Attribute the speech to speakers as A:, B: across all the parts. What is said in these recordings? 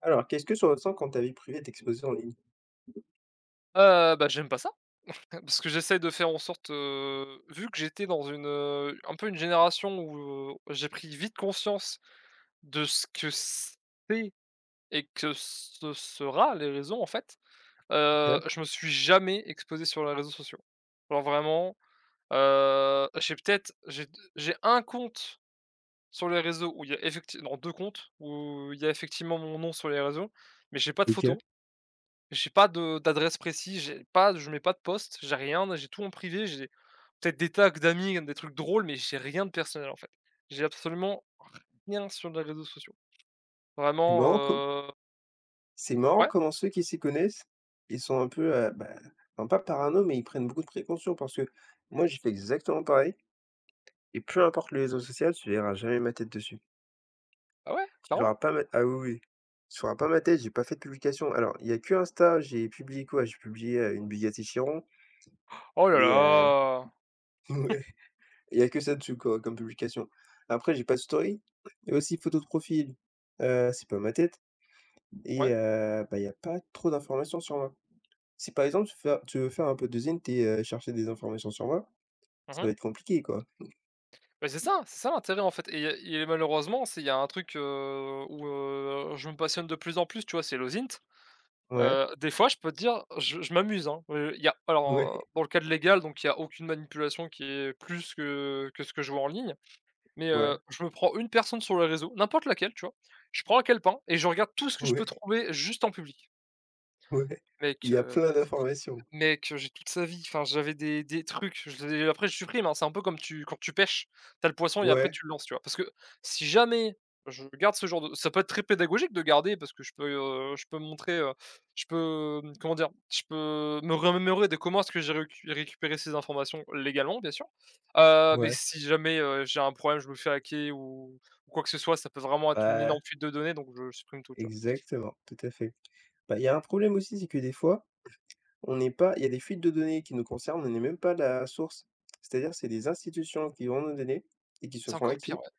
A: Alors, qu'est-ce que tu ressens quand ta vie privée est exposée en ligne?
B: J'aime pas ça, parce que j'essaie de faire en sorte, vu que j'étais dans un peu une génération où j'ai pris vite conscience de ce que c'est et que ce sera les réseaux, en fait.
A: OK,
B: Je me suis jamais exposé sur les réseaux sociaux. Alors vraiment, j'ai peut-être j'ai un compte sur les réseaux où il y a effectivement 2 comptes où il y a effectivement mon nom sur les réseaux, mais j'ai pas de
A: OK.
B: photo. J'ai pas de d'adresse précise, j'ai pas je mets pas de poste, j'ai rien, j'ai tout en privé, j'ai peut-être des tags d'amis, des trucs drôles, mais j'ai rien de personnel, en fait. J'ai absolument rien sur les réseaux sociaux.
A: C'est
B: Vraiment,
A: marrant co c'est marrant
B: ouais,
A: comment ceux qui s'y connaissent, ils sont un peu, bah, non pas parano, mais ils prennent beaucoup de précautions parce que moi, j'ai fait exactement pareil. Et peu importe le réseau social, tu verras jamais ma tête dessus.
B: ah ouais,
A: Tu verras
B: clairement.
A: pas ma Ah oui, oui, tu verras pas ma tête, j'ai pas fait de publication. Alors, il y a que Insta, j'ai publié quoi? J'ai publié, une Bugatti Chiron
B: Oh là
A: et
B: là!
A: ouais, il y a que ça dessus quoi, comme publication. Après, j'ai pas de story et aussi photo de profil, c'est pas ma tête et
B: Ouais,
A: bah, il y a pas trop d'informations sur moi. Si par exemple, tu veux faire un peu de zine t'es chercher des informations sur moi,
B: mmh
A: ça va
B: mh.
A: être compliqué quoi.
B: Bah, c'est ça l'intérêt, en fait, et malheureusement, c'est il y a un truc, où je me passionne de plus en plus, tu vois? C'est l'OSINT.
A: Ouais,
B: Des fois, je peux te dire, je m'amuse, hein. Il y a alors,
A: ouais,
B: Dans le cadre légal, donc il y a aucune manipulation qui est plus que ce que je vois en ligne, mais
A: ouais,
B: je me prends une personne sur les réseaux, n'importe laquelle, tu vois? Je prends un calepin et je regarde tout ce que je
A: ouais,
B: peux trouver juste en public.
A: ouais. Il
B: Mec,
A: y a
B: heu
A: plein d'informations.
B: Mec, j'ai toute sa vie, enfin j'avais des trucs. Je les Après je supprime, hein, c'est un peu comme tu quand tu pêches. T'as le poisson et après
A: Ouais.
B: tu le lances, tu vois? Parce que si jamais je garde ce genre de Ça peut être très pédagogique de garder, parce que je peux montrer, comment dire? Je peux me remémorer de comment est-ce que j'ai récupéré ces informations, légalement bien sûr. Mais
A: Ouais,
B: si jamais, j'ai un problème, je me fais hacker ou quoi que ce soit, ça peut vraiment être une
A: bah,
B: énorme fuite de données, donc je supprime tout, tu vois?
A: exactement, tout à fait. Bah, il y a un problème aussi, c'est que des fois, on n'est pas il y a des fuites de données qui nous concernent, on n'est même pas la source. C'est-à-dire, c'est des institutions qui vendent nos données et qui se
B: C'est
A: font
B: encore pire,
A: hacker.
B: ouais.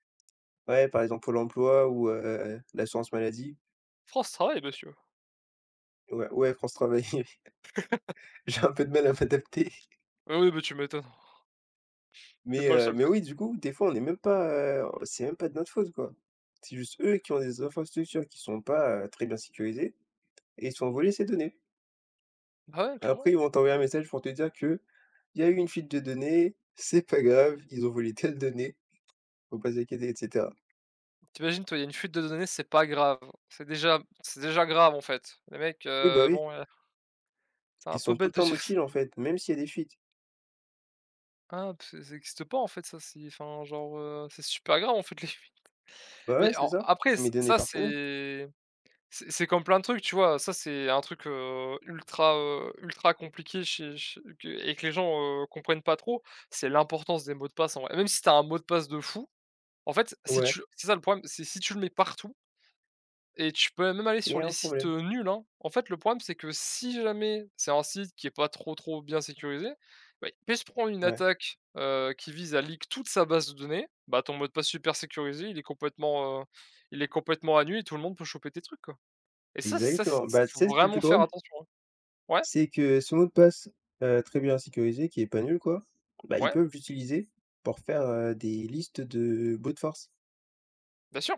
A: Ouais, par exemple, Pôle emploi ou, l'assurance maladie.
B: France Travail, monsieur!
A: Ouais, ouais, France Travail. J'ai un peu de mal à m'adapter,
B: Ah oui, mais tu m'étonnes. T'es pas le seul.
A: mais oui, du coup, des fois, on n'est même pas, c'est même pas de notre faute, quoi. C'est juste eux qui ont des infrastructures qui sont pas, très bien sécurisées et ils se font voler ces données.
B: Bah ouais,
A: Après,
B: clairement.
A: ils vont t'envoyer un message pour te dire que il y a eu une fuite de données, c'est pas grave, ils ont volé telle donnée, faut pas s'inquiéter et cetera.
B: T'imagines toi, il y a une fuite de données, c'est pas grave. C'est déjà grave, en fait. Les mecs,
A: Oui, bah, oui,
B: bon, c'est un
A: ils
B: peu
A: sont tout le
B: bête de
A: temps
B: dire ça.
A: mobiles, en fait, même s'il y a des fuites.
B: Ah, parce que ça existe pas, en fait, ça, c'est enfin, genre, c'est super grave, en fait, les fuites.
A: Bah, ouais,
B: Mais
A: c'est
B: en
A: ça,
B: après
A: c'est
B: ç
A: mes données
B: ça,
A: personnelles.
B: c'est c'est comme plein de trucs, tu vois? Ça, c'est un truc, ultra, ultra compliqué chez que les gens, comprennent pas trop. C'est l'importance des mots de passe, en vrai. Même si t'as un mot de passe de fou, en fait, si
A: Ouais,
B: tu c'est ça le problème, c'est si tu le mets partout. Et tu peux même aller sur
A: c'est
B: les
A: un
B: sites,
A: problème.
B: nuls, hein. En fait, le problème, c'est que si jamais c'est un site qui est pas trop, trop bien sécurisé, bah, il peut se prendre une
A: Ouais,
B: attaque, qui vise à leak toute sa base de données. Bah, ton mot de passe super sécurisé, il est complètement, heu, à nu, et tout le monde peut choper tes trucs, quoi. Et ça ça, c
A: exactement. Bah, tu
B: Faut
A: sais ce qui est le
B: vraiment
A: plus
B: faire
A: drôle?
B: attention, hein. Ouais,
A: C'est que ce mot de passe, très bien sécurisé, qui est pas nul, quoi, bah, ils
B: ouais,
A: peuvent l'utiliser pour faire, des listes de mots de force.
B: bien sûr.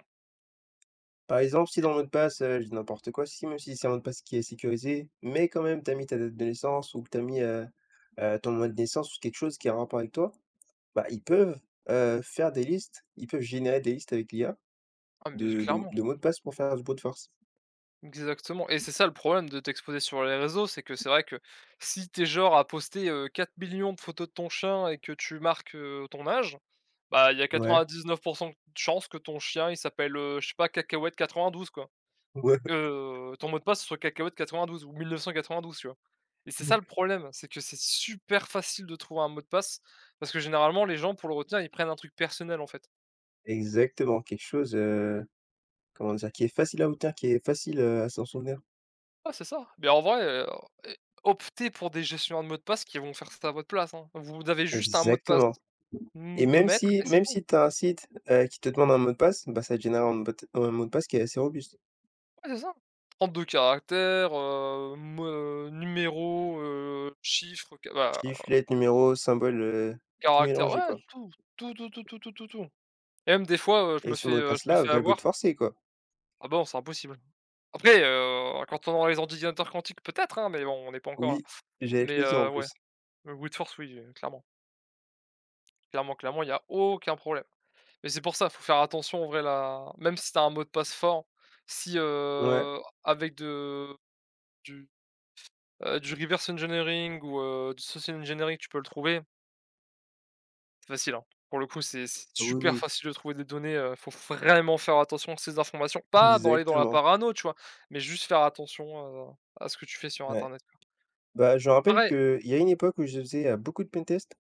A: Par exemple, si dans le mot de passe, je dis n'importe quoi, si même si c'est un mot de passe qui est sécurisé, mais quand même tu as mis ta date de naissance ou que tu as mis, ton mois de naissance ou quelque chose qui a un rapport avec toi, bah, ils peuvent, faire des listes, ils peuvent générer des listes avec l'IA
B: Ah mais
A: de de
B: clairement.
A: de mots de passe pour faire du brute force.
B: Exactement, et c'est ça le problème de t'exposer sur les réseaux. C'est que c'est vrai que si t'es genre à poster, 4 millions de photos de ton chien et que tu marques, ton âge, bah, il y a
A: Ouais,
B: 99% de chances que ton chien il s'appelle, je sais pas, Cacahuète 92, quoi.
A: ouais,
B: Que ton mot de passe, ce soit Cacahuète 12 ou 1992, tu vois? Et c'est ça le problème, c'est que c'est super facile de trouver un mot de passe, parce que généralement les gens, pour le retenir, ils prennent un truc personnel en fait.
A: exactement, quelque chose, comment dire? Qui est facile à obtenir, qui est facile, à s'en souvenir.
B: Ouais, c'est ça. Mais en vrai, eh, optez pour des gestionnaires de mots de passe qui vont faire ça à votre place, hein. Vous avez juste un mot de passe,
A: Exactement et
B: mmh, 2
A: même
B: mètres
A: si
B: et c'est
A: même
B: tout.
A: si tu as un site, qui te demande un mot de passe, bah, ça te génère un mot de passe qui est assez robuste.
B: Ouais, c'est ça. 32 caractères, chiffres, ca bah,
A: Giflette, numéro, symbole, tout
B: caractères,
A: mélangé,
B: ouais,
A: quoi
B: tout, tout, tout, tout, tout, tout, tout, tout. Et même des fois,
A: et ce mot de
B: je me
A: passe-là
B: fais
A: va le bout
B: avoir.
A: de forcer quoi.
B: Ah bon, c'est impossible. Après, quand on aura les ordinateurs quantiques peut-être, hein, mais bon, on n'est pas encore là.
A: Oui, j'allais te
B: Mais
A: le dire en
B: ouais,
A: plus.
B: le brute force, oui, clairement. Clairement, clairement, il y a aucun problème. Mais c'est pour ça, faut faire attention en vrai là. Même si t'as un mot de passe fort, si,
A: Ouais,
B: du, du reverse engineering ou, du social engineering, tu peux le trouver, c'est facile, hein. Pour le coup, c'est
A: oui,
B: super
A: oui,
B: facile de trouver des données. Faut vraiment faire attention à ces informations. Pas dans Aller dans la
A: exactement,
B: parano, tu vois? Mais juste faire attention, à ce que tu fais sur
A: ouais.
B: internet, quoi.
A: Bah, je me rappelle
B: Pareil,
A: qu'il y a une époque où je faisais, beaucoup de pentests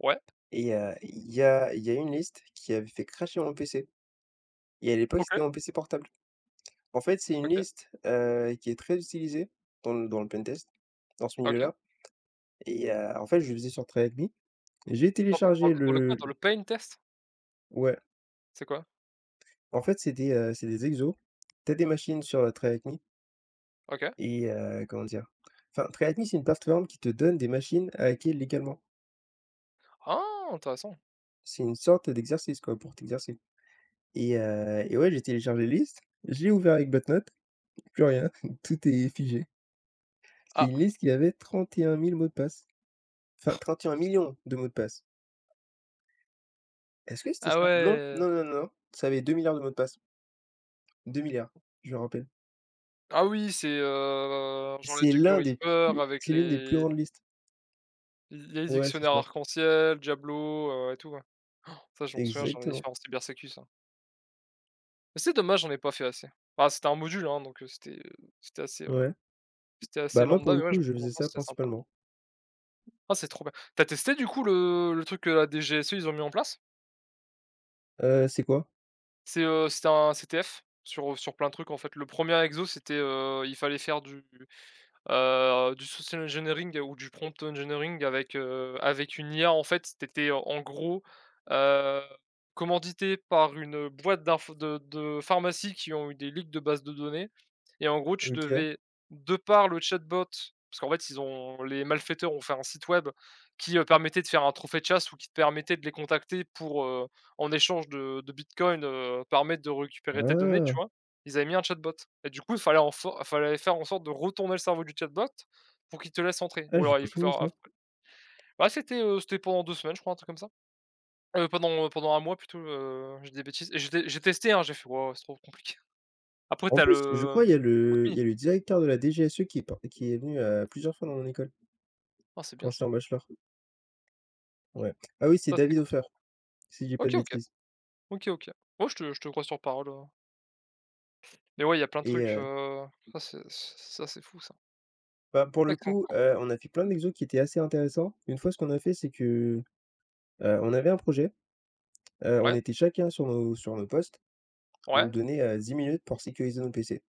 B: ouais,
A: et il y a une liste qui avait fait crasher mon PC et à l'époque, c'était
B: OK,
A: mon PC portable. En fait, c'est une
B: OK,
A: liste, qui est très utilisée dans le pentest, dans ce
B: OK.
A: milieu-là et en fait, je le faisais sur Track Me. J'ai
B: Dans dans dans
A: téléchargé
B: le dans le quoi?
A: le
B: Dans le pain test?
A: Ouais.
B: C'est quoi?
A: En fait, c'est des exos. Tu as des machines sur, Trade
B: OK.
A: et comment dire? Enfin, TryHackMe c'est une plateforme qui te donne des machines à hacker légalement.
B: Ah, intéressant.
A: C'est une sorte d'exercice, quoi, pour t'exercer et ouais, j'ai téléchargé la liste, je l'ai ouvert avec BotNote, plus rien, tout est figé. C'est
B: Ah,
A: une liste qui avait 31 000 mots de passe, enfin 31 millions de mots de passe. Est-ce que c'était
B: ah
A: ça? Non,
B: ouais!
A: non, non, non, ça avait 2 milliards de mots de passe, 2 milliards. Je me rappelle.
B: Ah oui, c'est, genre les Jack the Ripper avec
A: C'est l'une des plus
B: les
A: grandes listes. Ouais, c'est
B: dictionnaires
A: ça,
B: arc-en-ciel, Diablo, et tout, ouais. Ça, je m'en souviens, j'en avais fait
A: exactement.
B: en cybersécu, ça. Mais c'est dommage, j'en ai pas fait assez. Ah, c'était un module, hein, donc, c'était assez, heu,
A: Ouais.
B: c'était
A: Bah,
B: assez
A: moi, pour
B: lambda,
A: le
B: mais ouais, je
A: coup,
B: me
A: je
B: souviens,
A: faisais ça
B: c'était sympa.
A: principalement.
B: Ah, c'est trop bien. T'as testé, du coup, le truc que la DGSE, ils ont mis en place?
A: C'est quoi?
B: C'est, c'était un CTF sur, sur plein de trucs, en fait. Le premier exo, c'était, il fallait faire du social engineering ou du prompt engineering avec, avec une IA en fait. C'était étais en gros, heu, commandité par une boîte d'info de pharmacie qui ont eu des leaks de bases de données, et en gros, tu
A: OK.
B: devais, de par le chatbot, parce qu'en fait, ils ont les malfaiteurs ont fait un site web qui, permettait de faire un trophée de chasse, ou qui te permettait de les contacter pour, en échange de bitcoin, permettre de récupérer tes données, tu
A: Ah!
B: vois? Ils avaient mis un chatbot, et du coup, il fallait faire en sorte de retourner le cerveau du chatbot pour qu'il te laisse entrer, ou
A: Ah, j'ai
B: alors il
A: pas
B: faut
A: connu
B: faire...
A: ça.
B: Bah, c'était, c'était pendant 2 semaines, je crois, un truc comme ça. Pendant un mois plutôt, je des bêtises, et j'ai testé, hein, j'ai fait: «Waouh, c'est trop compliqué». Après
A: En
B: t'as
A: plus, je
B: le,
A: crois, il
B: Rootme.
A: y a le directeur de la DGSE qui est venu, plusieurs fois dans mon école,
B: Ah, c'est
A: quand
B: bien ça.
A: j'étais en bachelor. Ouais. Ah oui, c'est
B: Ça, c'est
A: David
B: cool
A: Hofer,
B: ça.
A: si je dis pas de
B: OK, OK.
A: bêtises
B: OK, OK. Ouais, je te crois sur parole, mais ouais, il y a plein de
A: et
B: trucs, ça c'est fou ça.
A: bah, pour le
B: Excellent.
A: coup, on a fait plein d'exos qui étaient assez intéressants. Une fois, ce qu'on a fait, c'est que, on avait un projet, on
B: Ouais,
A: était chacun sur nos postes. On nous
B: ouais,
A: donnait, 10 minutes pour sécuriser nos PC.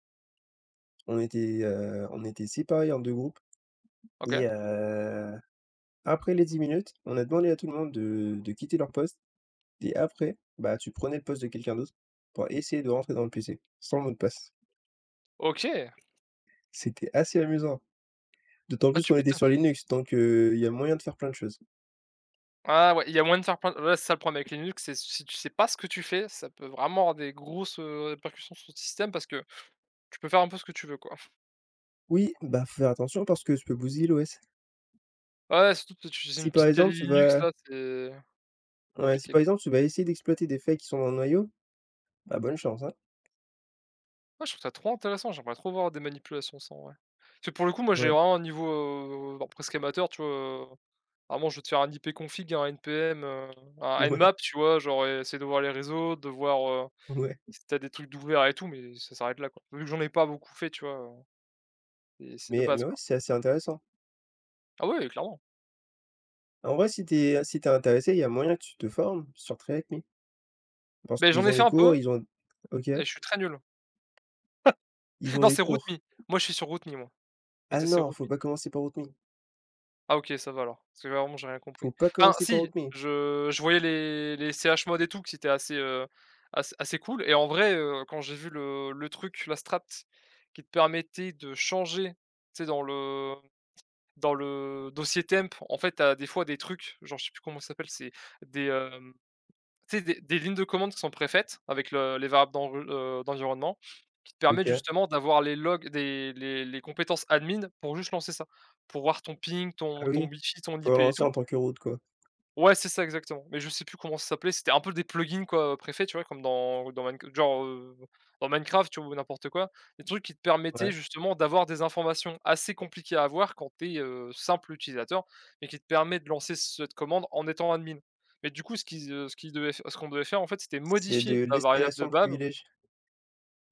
A: On était séparés en 2 groupes et
B: OK.
A: après les 10 minutes, on a demandé à tout le monde de quitter leur poste et après, bah, tu prenais le poste de quelqu'un d'autre pour essayer de rentrer dans le PC sans mot de passe.
B: OK.
A: C'était assez amusant, d'autant
B: Ah,
A: plus
B: tu
A: qu'on était
B: m'étonnes.
A: sur Linux, donc il y a moyen de faire plein de choses.
B: Ah ouais, il y a moins de faire plein, ouais, c'est ça le problème avec Linux, c'est si tu sais pas ce que tu fais, ça peut vraiment avoir des grosses, répercussions sur ton système, parce que tu peux faire un peu ce que tu veux, quoi.
A: Oui, bah, faut faire attention parce que ça peut bousiller l'OS.
B: Ouais, ouais, surtout que tu utilises une
A: Si par
B: petite Kali
A: exemple tu
B: Linux
A: vas
B: là, c'est
A: Ouais, si
B: compliqué,
A: par
B: quoi.
A: exemple tu vas essayer d'exploiter des failles qui sont dans le noyau, bah, bonne chance, hein.
B: Ouais, je trouve ça trop intéressant, j'aimerais trop voir des manipulations sans, ouais. Parce que pour le coup, moi, j'ai
A: Ouais,
B: vraiment un niveau, bah, presque amateur, tu vois? Vraiment, je vais te faire un ipconfig, un npm, un
A: ouais,
B: nmap, tu vois? Genre et essayer de voir les réseaux, de voir,
A: ouais,
B: si t'as des trucs d'ouvert et tout, mais ça s'arrête là, quoi. Vu que j'en ai pas beaucoup fait, tu vois? C'est de
A: mais
B: base,
A: mais ouais,
B: quoi.
A: c'est assez intéressant.
B: Ah ouais, clairement.
A: En vrai, si t'es si t'es intéressé, il y a moyen que tu te formes sur Track Me parce
B: Beh, j'en
A: qu'ils
B: ai
A: ont
B: fait
A: des
B: un
A: cours,
B: peu
A: ils ont OK,
B: et je suis très nul.
A: ils ont
B: Non,
A: des
B: c'est Root
A: cours.
B: Me. Moi, je suis sur Root Me, moi.
A: Ah
B: J'étais sur
A: non,
B: Root
A: faut
B: Me.
A: pas commencer par Root Me,
B: Ah OK, ça va alors, parce que vraiment, j'ai rien compris.
A: faut pas
B: Enfin
A: commencer par
B: si,
A: Root Me.
B: je voyais les CH Mod et tout, que c'était assez, assez cool. Et en vrai, quand j'ai vu le truc, la strat qui te permettait de changer, tu sais, dans le dossier temp, en fait, t'as des fois des trucs, genre je sais plus comment ça s'appelle, c'est des, euh, tu sais, des lignes de commande qui sont préfaites avec le les variables d'environnement, qui te permettent
A: OK.
B: justement d'avoir les logs des les compétences admin, pour juste lancer ça. Pour voir ton ping,
A: Ah
B: ton
A: oui,
B: wifi, ton
A: faut
B: IP et
A: relancer en
B: tout.
A: tant que route, quoi.
B: Ouais, c'est ça exactement, mais je sais plus comment ça s'appelait. C'était un peu des plugins quoi, préfets, tu vois? Comme dans Minecraft, tu vois? Ou n'importe quoi. Des trucs qui te permettaient
A: Ouais,
B: justement d'avoir des informations assez compliquées à avoir quand tu es simple utilisateur, mais qui te permet de lancer cette commande en étant admin. Mais du coup, ce qui ce qu'ils devaient f ce qu'on devait faire en fait, c'était
A: c'est
B: modifier
A: de
B: la variable de
A: l'escalation de
B: bab...
A: privilèges.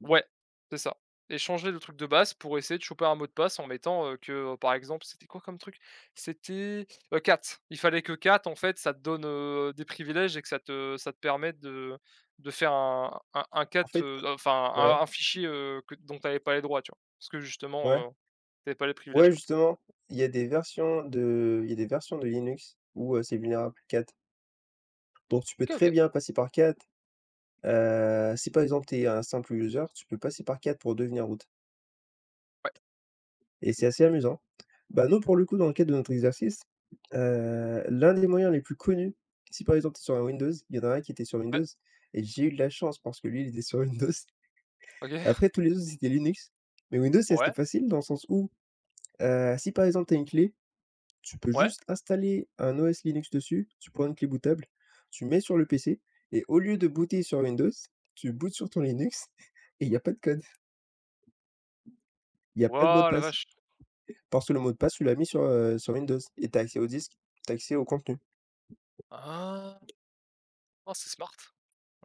B: Ouais, c'est ça, et changer le truc de base pour essayer de choper un mot de passe en mettant, par exemple, c'était quoi comme truc? C'était, cat. Il fallait que cat, en fait, ça te donne, des privilèges, et que ça te permette de faire un cat,
A: En fait
B: enfin
A: Ouais,
B: un fichier, que dont tu avais pas les droits, tu vois? Parce que
A: ouais,
B: justement, tu pas les privilèges,
A: ouais,
B: quoi.
A: justement, il y a des versions de Linux où, c'est vulnérable, 4. Donc tu peux
B: OK,
A: très
B: OK.
A: bien passer par 4. Si par exemple tu es un simple user, tu peux passer par 4 pour devenir root
B: Ouais,
A: et c'est assez amusant. Bah, nous pour le coup, dans le cadre de notre exercice, l'un des moyens les plus connus, si par exemple tu es sur un Windows, il y en a un qui était sur
B: ouais,
A: Windows et j'ai eu de la chance parce que lui, il était sur Windows.
B: OK.
A: Après tous les autres, c'était Linux. Mais Windows, c'est assez
B: Ouais,
A: facile dans le sens où, si par exemple tu as une clé, tu peux
B: ouais.
A: juste installer un OS Linux dessus, tu prends une clé bootable, tu mets sur le PC et au lieu de booter sur Windows, tu bootes sur ton Linux et il y a pas de code. Il y a pas de mot de
B: Waouh, la
A: passe,
B: vache!
A: parce que le mot de passe, tu l'as mis sur, sur Windows et t'as accès au disque, t'as accès au contenu.
B: Ah! Oh, c'est smart,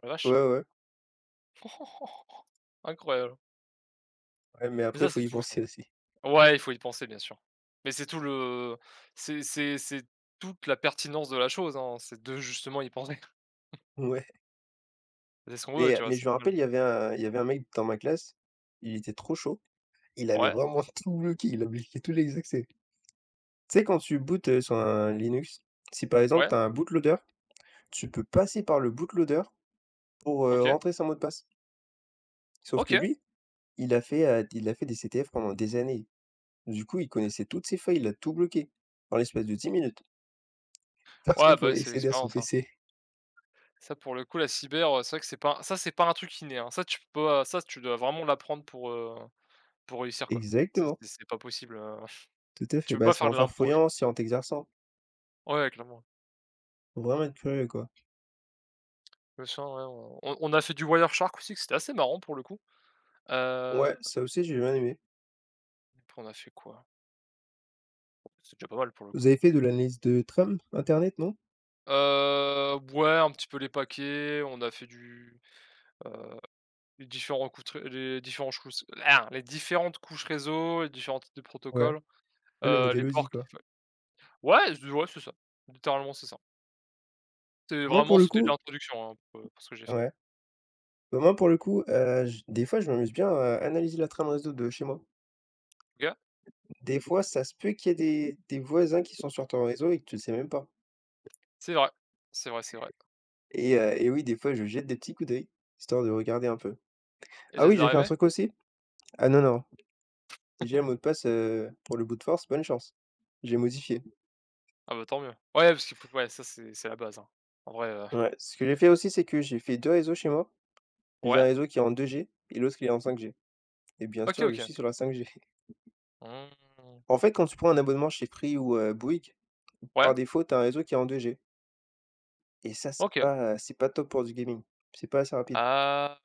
B: la
A: Ouais,
B: vache.
A: ouais,
B: Incroyable.
A: ouais, mais
B: Mais
A: après,
B: ça,
A: faut
B: c'est
A: y
B: fou ça.
A: penser aussi.
B: Ouais, il faut y penser, bien sûr. Mais c'est tout le... c'est toute la pertinence de la chose, hein, c'est de justement y penser.
A: Ouais,
B: C'est ce qu'on veut,
A: mais
B: tu vois?
A: mais
B: C'est
A: je me
B: normal.
A: rappelle, il y avait un mec dans ma classe, il était trop chaud, il avait
B: Ouais,
A: vraiment tout bloqué, il a bloqué tous les accès. Tu sais, quand tu bootes, sur un Linux, si par exemple,
B: ouais,
A: tu as un bootloader, tu peux passer par le bootloader pour,
B: OK,
A: rentrer son mot de passe. Sauf que
B: OK.
A: lui, il a fait des CTF pendant des années. Du coup, il connaissait toutes ses failles, il a tout bloqué en l'espace de 10 minutes. Personne
B: Ouais, bah,
A: pouvait
B: c'est
A: accéder à son
B: l'expérience, hein.
A: PC.
B: Ça, pour le coup, la cyber, c'est vrai que c'est pas ça, c'est pas un truc inné, hein. Ça, tu peux pas ça, tu dois vraiment l'apprendre pour réussir, quoi. C'est
A: Exactement,
B: c'est c'est pas possible,
A: tout à
B: tu
A: fait.
B: peux
A: Bah,
B: pas
A: c'est
B: faire
A: en
B: de l'impro, genre.
A: farfouillant, c'est en t'exerçant.
B: Ouais, clairement.
A: Faut vraiment être curieux, quoi.
B: Le chant, ouais, on a fait du Wire shark aussi, que c'était assez marrant, pour le coup. Heu,
A: Ouais, ça aussi, j'ai bien aimé.
B: on a fait quoi? C'est déjà pas mal, pour le
A: Vous
B: coup,
A: avez
B: hein.
A: fait de l'analyse de trame internet, non?
B: Ouais, un petit peu les paquets, on a fait du, heu, les différents coutres les différents chous les différentes couches réseau, les différents types de
A: Ouais,
B: protocoles,
A: ouais, le
B: les
A: modèle OSI,
B: ports qu'il...
A: quoi.
B: ouais, c'est ça. Littéralement, c'est ça. C'est
A: Moi,
B: vraiment,
A: pour le
B: c'était de
A: coup
B: l'introduction, hein, pour ce que j'ai fait.
A: Ouais. Bah, moi, pour le coup, j des fois, je m'amuse bien à analyser la trame réseau de chez moi.
B: OK?
A: Des fois, ça se peut qu'il y ait des voisins qui sont sur ton réseau et que tu le sais même pas
B: C'est vrai, c'est vrai, c'est vrai,
A: et oui, des fois, je jette des petits coups d'œil, histoire de regarder un peu.
B: et
A: Ah
B: ça
A: oui,
B: t'est
A: j'ai fait un
B: arrivé?
A: truc aussi Ah non, non, déjà le mot de passe, pour le bout de force, bonne chance. J'ai modifié.
B: Ah bah, tant mieux. Ouais, parce qu'il faut... ouais, ça, c'est la base, hein. En vrai,
A: Ouais, ce que j'ai fait aussi, c'est que j'ai fait 2 réseaux chez moi. J'ai un
B: ouais,
A: réseau qui est en 2G et l'autre qui est en 5G et bien
B: OK,
A: sûr, je
B: OK.
A: suis sur la 5G.
B: Mmh.
A: En fait, quand tu prends un abonnement chez Free ou, Bouygues,
B: Ouais,
A: par défaut, tu as un réseau qui est en 2G et ça,
B: OK.
A: c'est pas top pour du gaming. C'est pas assez rapide.
B: Ah,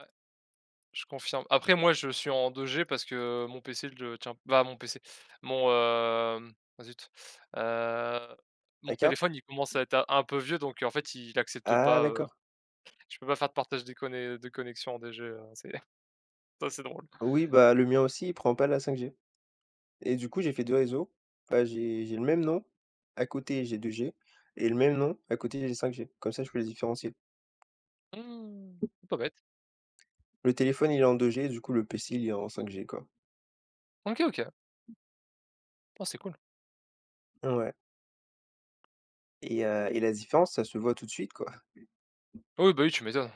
B: je confirme. Après moi, je suis en 2G parce que mon PC le tient... bah, mon PC, mon, ah zut, heu, mon
A: Ta carte?
B: téléphone, il commence à être un peu vieux, donc en fait, il accepte
A: Ah
B: pas,
A: d'accord.
B: je peux pas faire de partage des conné de connexion en 2G, c'est... ça, c'est drôle.
A: Oui, bah, le mien aussi, il prend pas la 5G et du coup, j'ai fait 2 réseaux. Bah, j'ai le même nom, à côté, j'ai 2G et le même nom, à côté, j'ai 5G. Comme ça, je peux les différencier.
B: Mmh, pas bête.
A: Le téléphone, il est en 2G, du coup, le PC, il est en 5G, quoi.
B: OK, OK. Oh, c'est cool.
A: Ouais et la différence, ça se voit tout de suite, quoi.
B: Oui, bah, oui, tu m'étonnes.